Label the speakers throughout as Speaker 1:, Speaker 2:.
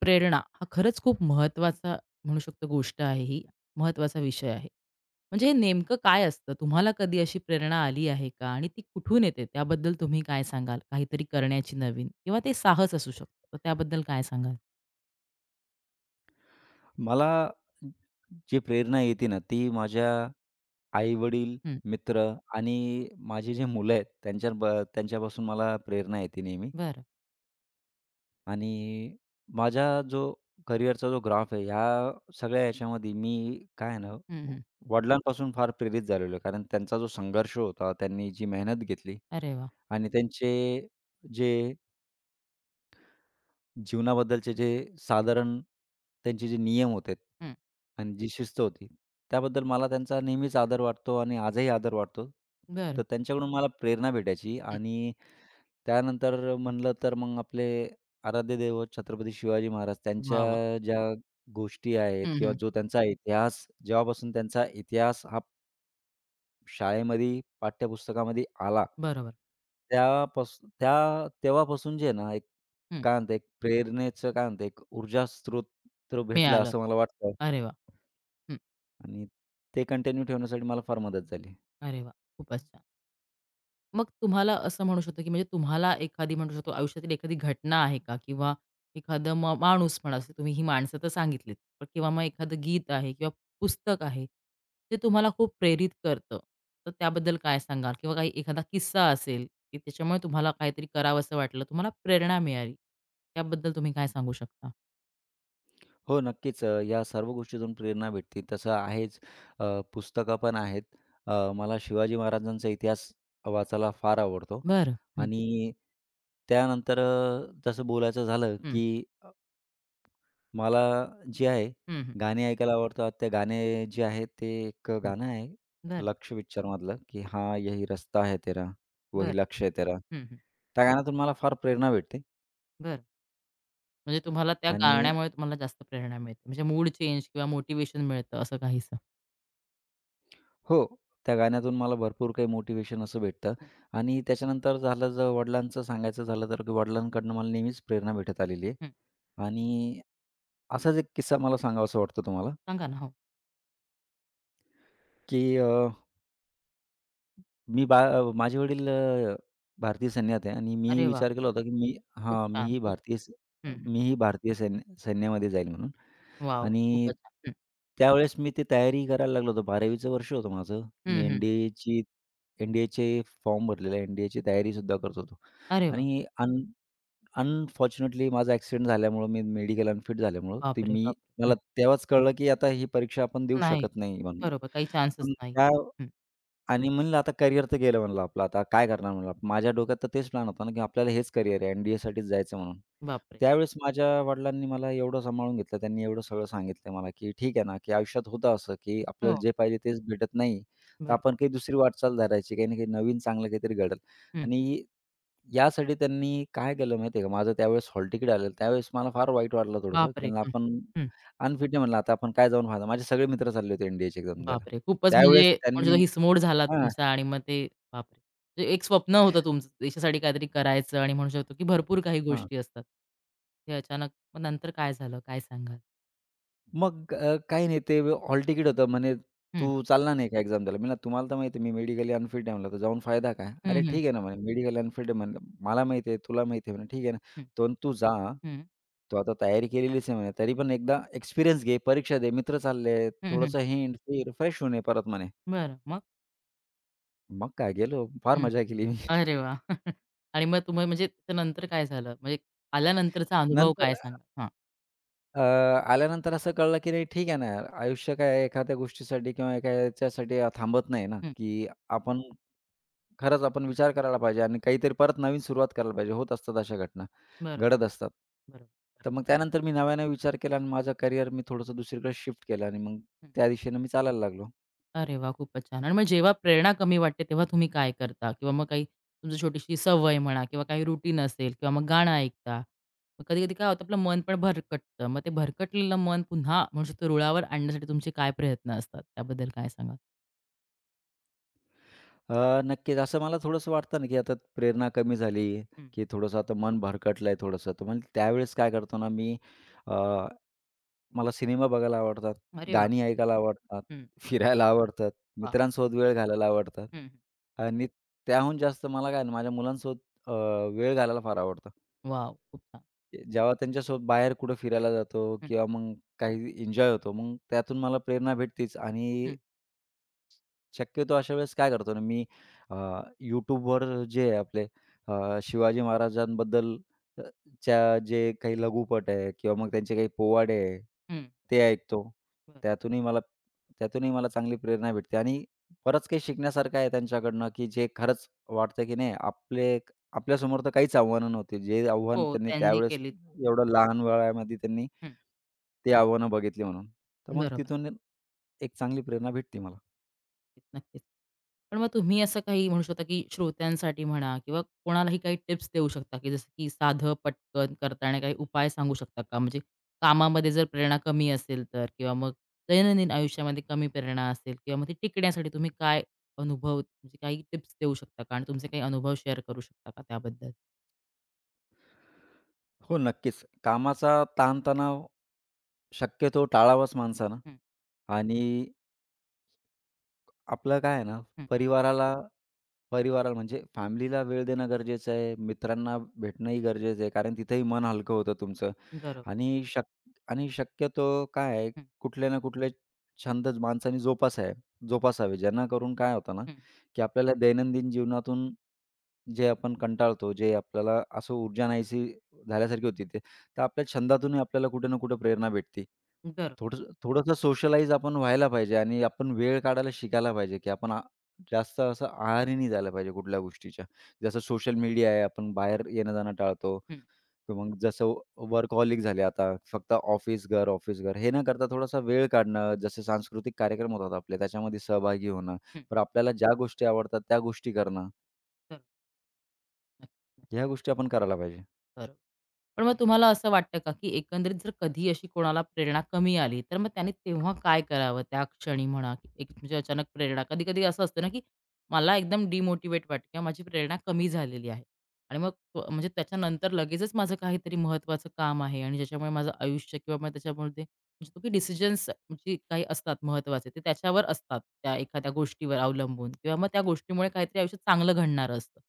Speaker 1: प्रेरणा हा खरंच खूप महत्त्वाचा म्हणू शकतो गोष्ट आहे ही, महत्त्वाचा विषय आहे. म्हणजे हे नेमकं काय असतं? तुम्हाला कधी अशी प्रेरणा आली आहे का? आणि ती कुठून येते? त्याबद्दल तुम्ही काय सांगाल? काहीतरी करण्याची नवीन किंवा ते साहस असू शकतं. तर त्याबद्दल काय सांगाल?
Speaker 2: मला जी प्रेरणा येते ना, ती माझ्या आई-वडील,
Speaker 1: हं.
Speaker 2: मित्र आणि माझी जी मुलं आहेत त्यांच्यापासून मला प्रेरणा येते नेहमी.
Speaker 1: बरं.
Speaker 2: आणि माझा जो करिअरचा जो ग्राफ आहे, ह्या सगळ्या याच्यामध्ये मी काय आहे ना,
Speaker 1: हं,
Speaker 2: व-
Speaker 1: हं.
Speaker 2: वडिलांपासून फार प्रेरित झालेलो आहे. कारण त्यांचा जो संघर्ष होता, त्यांनी जी मेहनत घेतली
Speaker 1: अरे वाह!
Speaker 2: आणि त्यांचे जे जीवनाबद्दलचे साधारण त्यांचे जे नियम होते
Speaker 1: हं.
Speaker 2: आणि जी शिस्त होती, त्याबद्दल मला त्यांचा नेहमीच आदर वाटतो आणि आजही आदर वाटतो.
Speaker 1: बरं.
Speaker 2: तर त्यांच्याकडून मला प्रेरणा भेटायची
Speaker 1: हं.
Speaker 2: आणि त्यानंतर म्हणलं तर मग आपले आराध्य दैवत छत्रपती शिवाजी महाराज
Speaker 1: वाह, वाह!
Speaker 2: त्यांच्या ज्या गोष्टी आहेत
Speaker 1: हं,
Speaker 2: किंवा
Speaker 1: हं.
Speaker 2: जो त्यांचा इतिहास जेव्हापासून त्यांचा इतिहास हा शाळेमध्ये पाठ्यपुस्तकामध्ये आला,
Speaker 1: बरोबर.
Speaker 2: त्यापास त्या तेव्हापासून जे आहे ना, एक
Speaker 1: हं.
Speaker 2: काय म्हणता एक प्रेरणेचं काय म्हणता एक ऊर्जा स्रोत तर भेटला
Speaker 1: मिळालं.
Speaker 2: असं मला वाटतं
Speaker 1: अरे वाह! हं.
Speaker 2: आणि ते कंटिन्यू ठेवण्यासाठी मला फार मदत झाली.
Speaker 1: अरे वाह! खूपच छान. मग तुम्हाला असं म्हणू शकतो, की म्हणजे तुम्हाला एखादी म्हणू शकतो आयुष्यातील एखादी घटना आहे का? किंवा एखादं माणूस म्हणा, जसं तुम्ही ही माणसं तर सांगितलीत. पण किंवा मग एखादं गीत आहे किंवा पुस्तक आहे, ते तुम्हाला खूप प्रेरित करतं. तर त्याबद्दल काय सांगाल? किंवा काही एखादा किस्सा असेल, की त्याच्यामुळे तुम्हाला काहीतरी करावंसं वाटलं, तुम्हाला प्रेरणा मिळाली. त्याबद्दल तुम्ही काय सांगू शकता?
Speaker 2: हो, नक्कीच. या सर्व गोष्टीतून प्रेरणा भेटते. तसं आहेच. अ, पुस्तकं पण आहेत. मला शिवाजी महाराजांचा इतिहास वाचायला फार आवडतो
Speaker 1: बरं. हं,
Speaker 2: आणि त्यानंतर जसं बोलायचं झालं,
Speaker 1: हं.
Speaker 2: की मला जे आहे
Speaker 1: हं, हं.
Speaker 2: गाणे ऐकायला आवडतात. ते गाणे जे आहे ते एक
Speaker 1: हं.
Speaker 2: गाणं आहे
Speaker 1: बरं,
Speaker 2: लक्ष्य पिक्चरमधलं, की "हाँ यही रस्ता है तेरा,
Speaker 1: बरं.
Speaker 2: वही लक्ष्य है तेरा."
Speaker 1: हं, हं.
Speaker 2: त्या गाण्यातून मला फार प्रेरणा भेटते
Speaker 1: बरं. म्हणजे तुम्हाला त्या
Speaker 2: आणि
Speaker 1: गाण्यामुळे तुम्हाला जास्त प्रेरणा मिळते. म्हणजे मूड चेंज किंवा मोटिव्हेशन मिळतं असं काहीसं.
Speaker 2: हो, त्या गाण्यातून मला भरपूर काही मोटिवेशन असं भेटतं
Speaker 1: हं,
Speaker 2: आणि त्याच्यानंतर झालं जर वडिलांचं सांगायचं झालं तर, की वडिलांकडनं मला नेहमीच प्रेरणा भेटत आलेली आहे
Speaker 1: हं.
Speaker 2: आणि असाच एक किस्सा मला सांगावासा वाटतो तुम्हाला,
Speaker 1: सांगा ना. हो.
Speaker 2: की अ मी बा अ, माझे वडील भारतीय सैन्यात आहे आणि मीही
Speaker 1: अरे वाह!
Speaker 2: विचार केला होता, की
Speaker 1: खूप छान. खूप हं, हं.
Speaker 2: मीही भारतीय सैन्यामध्ये जाईल म्हणून
Speaker 1: वाह, वाह!
Speaker 2: आणि
Speaker 1: खूपच छान. हं,
Speaker 2: त्यावेळेस मी ते तयारी करायला लागलो होतो. 12वीचं वर्ष होतं माझं.
Speaker 1: हं,
Speaker 2: मी
Speaker 1: हं.
Speaker 2: एन-डी-एची NDAचे फॉर्म भरलेले, NDAची तयारीसुद्धा करत होतो
Speaker 1: अरे वाह!
Speaker 2: आणि अनफॉर्च्युनेटली माझा ॲक्सिडेंट झाल्यामुळं, मी मेडिकल अनफिट झाल्यामुळं, ते
Speaker 1: बापरे,
Speaker 2: मी
Speaker 1: बापरे! हं.
Speaker 2: मला तेव्हाच कळलं, की आता ही परीक्षा आपण देऊ
Speaker 1: नाही.
Speaker 2: शकत नाही म्हणून.
Speaker 1: बरोबर. काही चान्सच
Speaker 2: पण
Speaker 1: नाही.
Speaker 2: त्या
Speaker 1: हं.
Speaker 2: आणि म्हणलं आता करिअर तर गेलं म्हणलं आपलं आता काय करणार म्हणलं आपण. माझ्या डोक्यात तर तेच प्लॅन होता ना, की आपल्याला हेच करिअर आहे एन जायचं म्हणून.
Speaker 1: बापरे!
Speaker 2: त्यावेळेस माझ्या वडिलांनी मला एवढं सांभाळून घेतलं. त्यांनी एवढं सगळं सांगितलं मला, की ठीक आहे ना, की आयुष्यात होतं असं, की
Speaker 1: हो.
Speaker 2: आपल्याला जे पाहिजे तेच भेटत नाही. तर
Speaker 1: बरोबर.
Speaker 2: आपण काही दुसरी वाटचाल धरायची, काही ना काही नवीन चांगलं काहीतरी घडेल.
Speaker 1: हं.
Speaker 2: आणि यासाठी त्यांनी काय केलं माहिती आहे का, माझं त्यावेळेस हॉल तिकीट आलेलं. त्यावेळेस मला फार वाईट वाटलं थोडंसं, की
Speaker 1: बापरे! हं.
Speaker 2: आपण
Speaker 1: हं.
Speaker 2: अनफिट आहे म्हणलं, आता आपण काय जाऊन फायदा. माझे सगळे मित्र चालले होते एन एक्झाम द्यायला.
Speaker 1: बापरे! खूपच
Speaker 2: त्यावेळेस
Speaker 1: म्हणजे म्हणू शकतो
Speaker 2: त्यांनी
Speaker 1: हिसमोड झाला तुमचा आणि मग ते बापरे! म्हणजे एक स्वप्न होतं तुमचं देशासाठी काहीतरी करायचं आणि म्हणू शकतो की भरपूर काही
Speaker 2: हां.
Speaker 1: गोष्टी असतात. ते अचानक मग नंतर काय झालं? काय सांगाल?
Speaker 2: मग काही नाही ते हॉल तिकीट होतं म्हणे,
Speaker 1: हं.
Speaker 2: "तू चालणार नाही का एक्झाम द्यायला?" मी म्हणलं, "तुम्हाला तर माहिती आहे मी मेडिकली अनफिट आहे" म्हणलं, "तर जाऊन फायदा काय?" "अरे
Speaker 1: हं, हं.
Speaker 2: ठीक आहे ना" म्हणे, "मेडिकली अनफिट आहे" म्हणलं, "मला माहिती आहे, तुला माहिती आहे" म्हणे, "ठीक आहे ना,
Speaker 1: हं.
Speaker 2: पण तू जा.
Speaker 1: हं.
Speaker 2: तू आता तयारी केलेलीच आहे" म्हणे, "तरी पण एकदा एक्सपिरियन्स घे, परीक्षा दे, मित्र चालले आहेत,
Speaker 1: हं,
Speaker 2: थोडंसं हिंड, फिर, फ्रेश होऊन ये परत" म्हणे.
Speaker 1: बरं. मग?
Speaker 2: मग काय गेलो, फार
Speaker 1: हं.
Speaker 2: मजा केली मी.
Speaker 1: अरे वा, आणि मग तुम्ही म्हणजे त्यानंतर काय झालं? म्हणजे आल्यानंतरचा अनुभव काय
Speaker 2: नंतर
Speaker 1: सांगाल? हां.
Speaker 2: अ, आल्यानंतर असं कळलं की नाही ठीक आहे ना यार, आयुष्य काय एखाद्या गोष्टीसाठी किंवा एका याच्यासाठी थांबत नाही ना,
Speaker 1: हं.
Speaker 2: की आपण खरंच आपण विचार करायला पाहिजे आणि काहीतरी परत नवीन सुरुवात करायला पाहिजे. होत असतात अशा घटना,
Speaker 1: बरं,
Speaker 2: घडत असतात.
Speaker 1: बरोबर.
Speaker 2: तर
Speaker 1: बरोबर.
Speaker 2: मग त्यानंतर मी नव्याने विचार केला आणि माझं करिअर मी थोडंसं दुसरीकडे शिफ्ट केलं आणि मग त्या दिशेने मी चालायला लागलो.
Speaker 1: अरे वाह! खूपच छान. आणि मग जेव्हा प्रेरणा कमी वाटते, तेव्हा तुम्ही काय करता? किंवा मग काही तुमची छोटीशी सवय म्हणा किंवा काही रुटीन असेल किंवा मग गाणं ऐकता. मग कधी-कधी काय होतं आपलं मन पण भरकटतं. मग ते भरकटलेलं मन पुन्हा म्हणू शकतो रुळावर आणण्यासाठी तुमचे काय प्रयत्न असतात? त्याबद्दल काय सांगाल?
Speaker 2: नक्कीच. असं मला थोडंसं वाटतं ना, की आता प्रेरणा कमी झाली,
Speaker 1: हं.
Speaker 2: की थोडंसं आता मन भरकटलंय थोडंसं. तर मग त्यावेळेस काय करतो ना मी अ, मला सिनेमा बघायला आवडतात,
Speaker 1: अरे वाह!
Speaker 2: गाणी ऐकायला आवडतात,
Speaker 1: हं.
Speaker 2: फिरायला आवडतात,
Speaker 1: वाह!
Speaker 2: मित्रांसोबत वेळ घालायला आवडतात
Speaker 1: हं, हं.
Speaker 2: आणि त्याहून जास्त मला काय ना माझ्या मुलांसोबत अ, वेळ घालायला फार आवडतं.
Speaker 1: खूप छान.
Speaker 2: जेव्हा त्यांच्यासोबत बाहेर कुठं फिरायला जातो
Speaker 1: हं,
Speaker 2: किंवा मग काही एन्जॉय होतो, मग त्यातून मला प्रेरणा भेटतेच आणि
Speaker 1: हं,
Speaker 2: शक्यतो अशा वेळेस काय करतो ना मी अ, YouTubeवर जे आहे आपले शिवाजी महाराजांबद्दल अ, च्या जे काही लघुपट आहे किंवा मग त्यांचे काही पोवाडे आहे,
Speaker 1: हं.
Speaker 2: ते ऐकतो.
Speaker 1: बरं.
Speaker 2: त्यातूनही मला त्यातूनही मला चांगली प्रेरणा भेटते आणि बरंच काही शिकण्यासारखं आहे त्यांच्याकडनं, की जे खरंच वाटतं की नाही आपले आपल्यासमोर तर काहीच आव्हानं नव्हती. जे
Speaker 1: हो,
Speaker 2: आव्हान त्यांनी
Speaker 1: त्यांनी
Speaker 2: त्यावेळेस
Speaker 1: केलीत.
Speaker 2: एवढं लहान वयामध्ये त्यांनी
Speaker 1: हं.
Speaker 2: ते आव्हानं बघितली म्हणून. तर मग
Speaker 1: बरोबर.
Speaker 2: तिथून एक चांगली प्रेरणा भेटते मला.
Speaker 1: नक्कीच. पण मग तुम्ही असं काही म्हणू शकता, की श्रोत्यांसाठी म्हणा किंवा कोणालाही काही टिप्स देऊ शकता, की जसं की साधं पटकन करता काही उपाय सांगू शकता का? म्हणजे कामामध्ये जर प्रेरणा कमी असेल तर किंवा मग दैनंदिन आयुष्यामध्ये कमी प्रेरणा असेल किंवा मग ती टिकण्यासाठी तुम्ही काय अनुभव म्हणजे काही टिप्स देऊ शकता का? आणि तुमचे काही अनुभव शेअर करू शकता का त्याबद्दल?
Speaker 2: हो, नक्कीच. कामाचा ताणतणाव शक्यतो टाळावाच माणसानं
Speaker 1: हं,
Speaker 2: आणि आपलं काय आहे ना,
Speaker 1: हं.
Speaker 2: परिवाराला परिवाराला म्हणजे फॅमिलीला वेळ देणं गरजेचं आहे, मित्रांना भेटणंही गरजेचं आहे, कारण तिथेही मन हलकं होतं तुमचं.
Speaker 1: बरोबर.
Speaker 2: आणि शक आणि शक्यतो काय आहे,
Speaker 1: हं,
Speaker 2: कुठले ना कुठले छंदच माणसाने जोपासाय जोपासावे. ज्यांना करून काय होतं ना,
Speaker 1: हं.
Speaker 2: की आपल्याला दैनंदिन जीवनातून जे आपण कंटाळतो, जे आपल्याला असं ऊर्जा नाहीशी झाल्यासारखी होती ते, तर आपल्या छंदातूनही आपल्याला कुठे ना कुठे प्रेरणा भेटते.
Speaker 1: बरोबर.
Speaker 2: थोडंसं थोडंसं सोशलाईज आपण व्हायला पाहिजे आणि आपण वेळ काढायला शिकायला पाहिजे, की आपण आ जास्त असं आहारी नाही झालं पाहिजे कुठल्या गोष्टीच्या. जसं सोशल मीडिया आहे, आपण बाहेर येणं-जाणं टाळतो.
Speaker 1: हं,
Speaker 2: तर मग जसं वर्कहॉलिक झाले आता, फक्त ऑफिस, घर, ऑफिस, घर हे न करता थोडासा वेळ काढणं, जसे सांस्कृतिक कार्यक्रम होतात आपले त्याच्यामध्ये सहभागी होणं,
Speaker 1: हं.
Speaker 2: पण आपल्याला ज्या गोष्टी आवडतात त्या गोष्टी करणं,
Speaker 1: बरोबर. नक्की, नक्की,
Speaker 2: ह्या गोष्टी आपण करायला पाहिजे.
Speaker 1: बरोबर. पण मग तुम्हाला असं वाटतं का, की एकंदरीत जर कधी अशी कोणाला प्रेरणा कमी आली, तर मग त्याने तेव्हा काय करावं त्या क्षणी म्हणा, की एक म्हणजे अचानक प्रेरणा कधी-कधी असं असतं ना, की मला एकदम डिमोटिव्हेट वाटतं किंवा माझी प्रेरणा कमी झालेली आहे आणि मग म्हणजे त्याच्यानंतर लगेचच माझं काहीतरी महत्त्वाचं काम आहे आणि ज्याच्यामुळे माझं आयुष्य किंवा मग त्याच्यामुळे म्हणजे तुम्ही डिसिजन्स जे काही असतात महत्त्वाचे, ते त्याच्यावर असतात, त्या एखाद्या गोष्टीवर अवलंबून किंवा मग त्या गोष्टीमुळे काहीतरी आयुष्यात चांगलं घडणार असतं.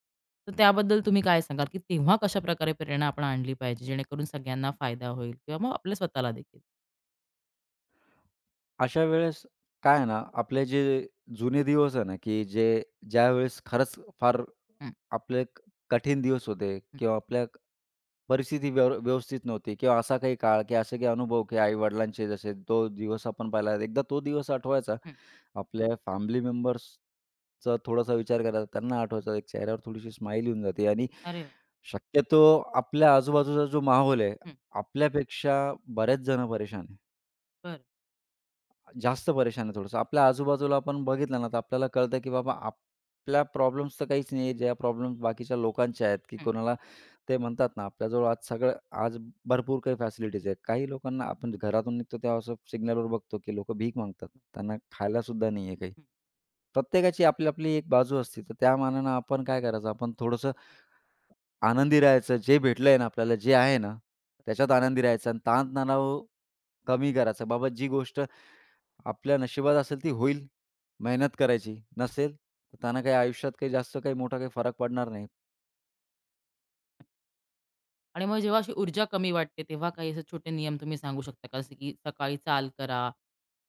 Speaker 1: तर त्याबद्दल तुम्ही काय सांगाल, की तेव्हा कशाप्रकारे प्रेरणा आपण आणली पाहिजे, जेणेकरून सगळ्यांना फायदा होईल किंवा मग आपल्या स्वतःला देखील?
Speaker 2: अशा वेळेस काय आहे ना, आपले जे जुने दिवस आहे ना, की जे ज्यावेळेस खरंच फार
Speaker 1: हं,
Speaker 2: आपले क कठीण दिवस होते
Speaker 1: हं,
Speaker 2: किंवा आपल्या परिस्थिती व्यवस्थित नव्हती किंवा असा काही काळ, की असे काही अनुभव, की आई-वडिलांचे जसे तो दिवस आपण पाहिला. एकदा तो दिवस आठवायचा.
Speaker 1: हं.
Speaker 2: आपल्या फॅमिली मेंबर्सचा थोडासा विचार करायचा. त्यांना आठवायचा. एक चेहऱ्यावर थोडीशी स्माईल येऊन जाते आणि
Speaker 1: अरे वाह!
Speaker 2: शक्यतो आपल्या आजूबाजूचा जो माहोल आहे,
Speaker 1: हं,
Speaker 2: आपल्यापेक्षा बऱ्याच जण परेशान आहे.
Speaker 1: बरं.
Speaker 2: जास्त परेशान आहे थोडंसं. आपल्या आजूबाजूला आपण बघितलं ना, तर आपल्याला कळतं, की बाबा आपल्या प्रॉब्लेम्स तर काहीच नाही आहे, ज्या प्रॉब्लेम्स बाकीच्या लोकांच्या आहेत, की
Speaker 1: हं,
Speaker 2: कोणाला ते म्हणतात ना, आपल्याजवळ आज भरपूर काही फॅसिलिटीज आहेत. काही लोकांना आपण घरातून निघतो तेव्हा असं सिग्नलवर बघतो, की लोकं भीक मागतात. त्यांना खायलासुद्धा नाही आहे काही.
Speaker 1: हं.
Speaker 2: प्रत्येकाची आपली-आपली एक बाजू असते. तर त्या मानानं आपण काय करायचं, आपण थोडंसं आनंदी राहायचं. जे भेटलंय ना आपल्याला, जे आहे ना, त्याच्यात आनंदी राहायचं आणि ताणतणाव कमी करायचा. बाबा जी गोष्ट आपल्या नशिबात असेल ती होईल, मेहनत करायची. नसेल, तर त्यांना काही आयुष्यात काही जास्त काही मोठा काही फरक पडणार नाही.
Speaker 1: आणि मग जेव्हा अशी ऊर्जा कमी वाटते, तेव्हा काही असे छोटे नियम तुम्ही सांगू शकता का? जसं की सकाळी चाल करा,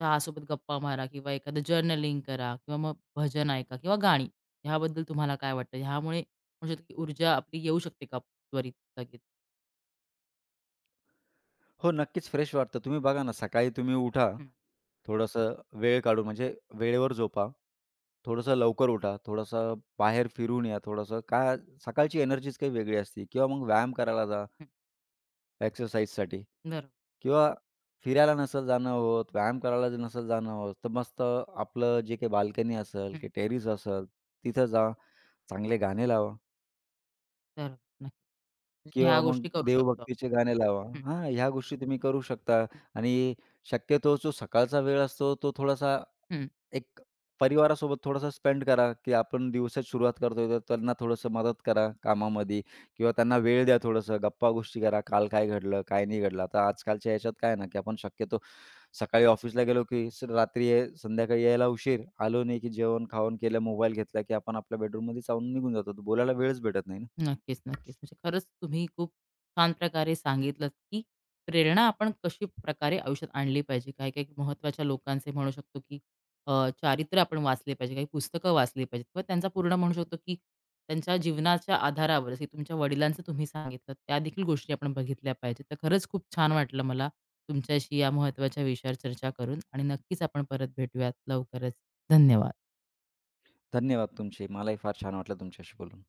Speaker 1: चहासोबत गप्पा मारा किंवा एखादं जर्नलिंग करा किंवा मग भजन ऐका किंवा गाणी. ह्याबद्दल तुम्हाला काय वाटतं? ह्यामुळे म्हणू शकतो की ऊर्जा आपली येऊ शकते का त्वरित लगेच?
Speaker 2: हो, नक्कीच फ्रेश वाटतं. तुम्ही बघा ना, सकाळी तुम्ही उठा,
Speaker 1: हं,
Speaker 2: थोडंसं वेळ काढून म्हणजे वेळेवर झोपा, थोडंसं लवकर उठा, थोडंसं बाहेर फिरून या, थोडंसं काय सकाळची एनर्जीच काही वेगळी असते किंवा मग व्यायाम करायला जा
Speaker 1: हं.
Speaker 2: एक्सरसाइजसाठी
Speaker 1: बरोबर.
Speaker 2: किंवा फिरायला नसेल जाणं होत, व्यायाम करायला जर नसेल जाणं होत, तर मस्त आपलं जे काही बाल्कनी असेल
Speaker 1: हं.
Speaker 2: की टेरेस असेल, तिथं जा, चांगले गाणे लावा.
Speaker 1: तर नक्की. म्हणजे ह्या
Speaker 2: किंवा मग
Speaker 1: गोष्टी करू शकतो.
Speaker 2: देवभक्तीचे गाणे लावा.
Speaker 1: हं,
Speaker 2: हां, ह्या गोष्टी तुम्ही करू शकता
Speaker 1: हं.
Speaker 2: आणि शक्यतो जो सकाळचा वेळ असतो, तो थोडासा
Speaker 1: हं.
Speaker 2: एक परिवारासोबत थोडासा स्पेंड करा, की आपण दिवसाची सुरुवात करतोय, तर त्यांना थोडंसं मदत करा कामामध्ये किंवा त्यांना वेळ द्या थोडंसं. गप्पा-गोष्टी करा. काल काय घडलं, काय नाही घडलं. आता आजकालच्या ह्याच्यात काय आहे ना, की आपण शक्यतो सकाळी ऑफिसला गेलो, की स रात्री संध्याकाळी यायला उशीर. आलो नाही, की जेवण-खावण केलं, मोबाईल घेतला, की आपण आपल्या बेडरूममध्ये जाऊन निघून जातो. तर बोलायला वेळच भेटत नाही ना.
Speaker 1: नक्कीच, नक्कीच. म्हणजे खरंच तुम्ही खूप छान प्रकारे सांगितलत, की प्रेरणा आपण कशी प्रकारे आयुष्यात आणली पाहिजे. काही-काही महत्त्वाच्या लोकांचे म्हणू शकतो, की अ, चारित्र्य आपण वाचले पाहिजे, काही पुस्तकं वाचली पाहिजेत किंवा त्यांचा पूर्ण म्हणू शकतो, की त्यांच्या जीवनाच्या आधारावर जसे तुमच्या वडिलांचं तुम्ही सांगितलं, त्यादेखील गोष्टी आपण बघितल्या पाहिजेत. तर खरंच खूप छान वाटलं मला तुमच्याशी या महत्त्वाच्या विषयावर चर्चा करून आणि नक्कीच आपण परत भेटूयात लवकरच. धन्यवाद.
Speaker 2: धन्यवाद तुमचे. मलाही फार छान वाटलं तुमच्याशी बोलून.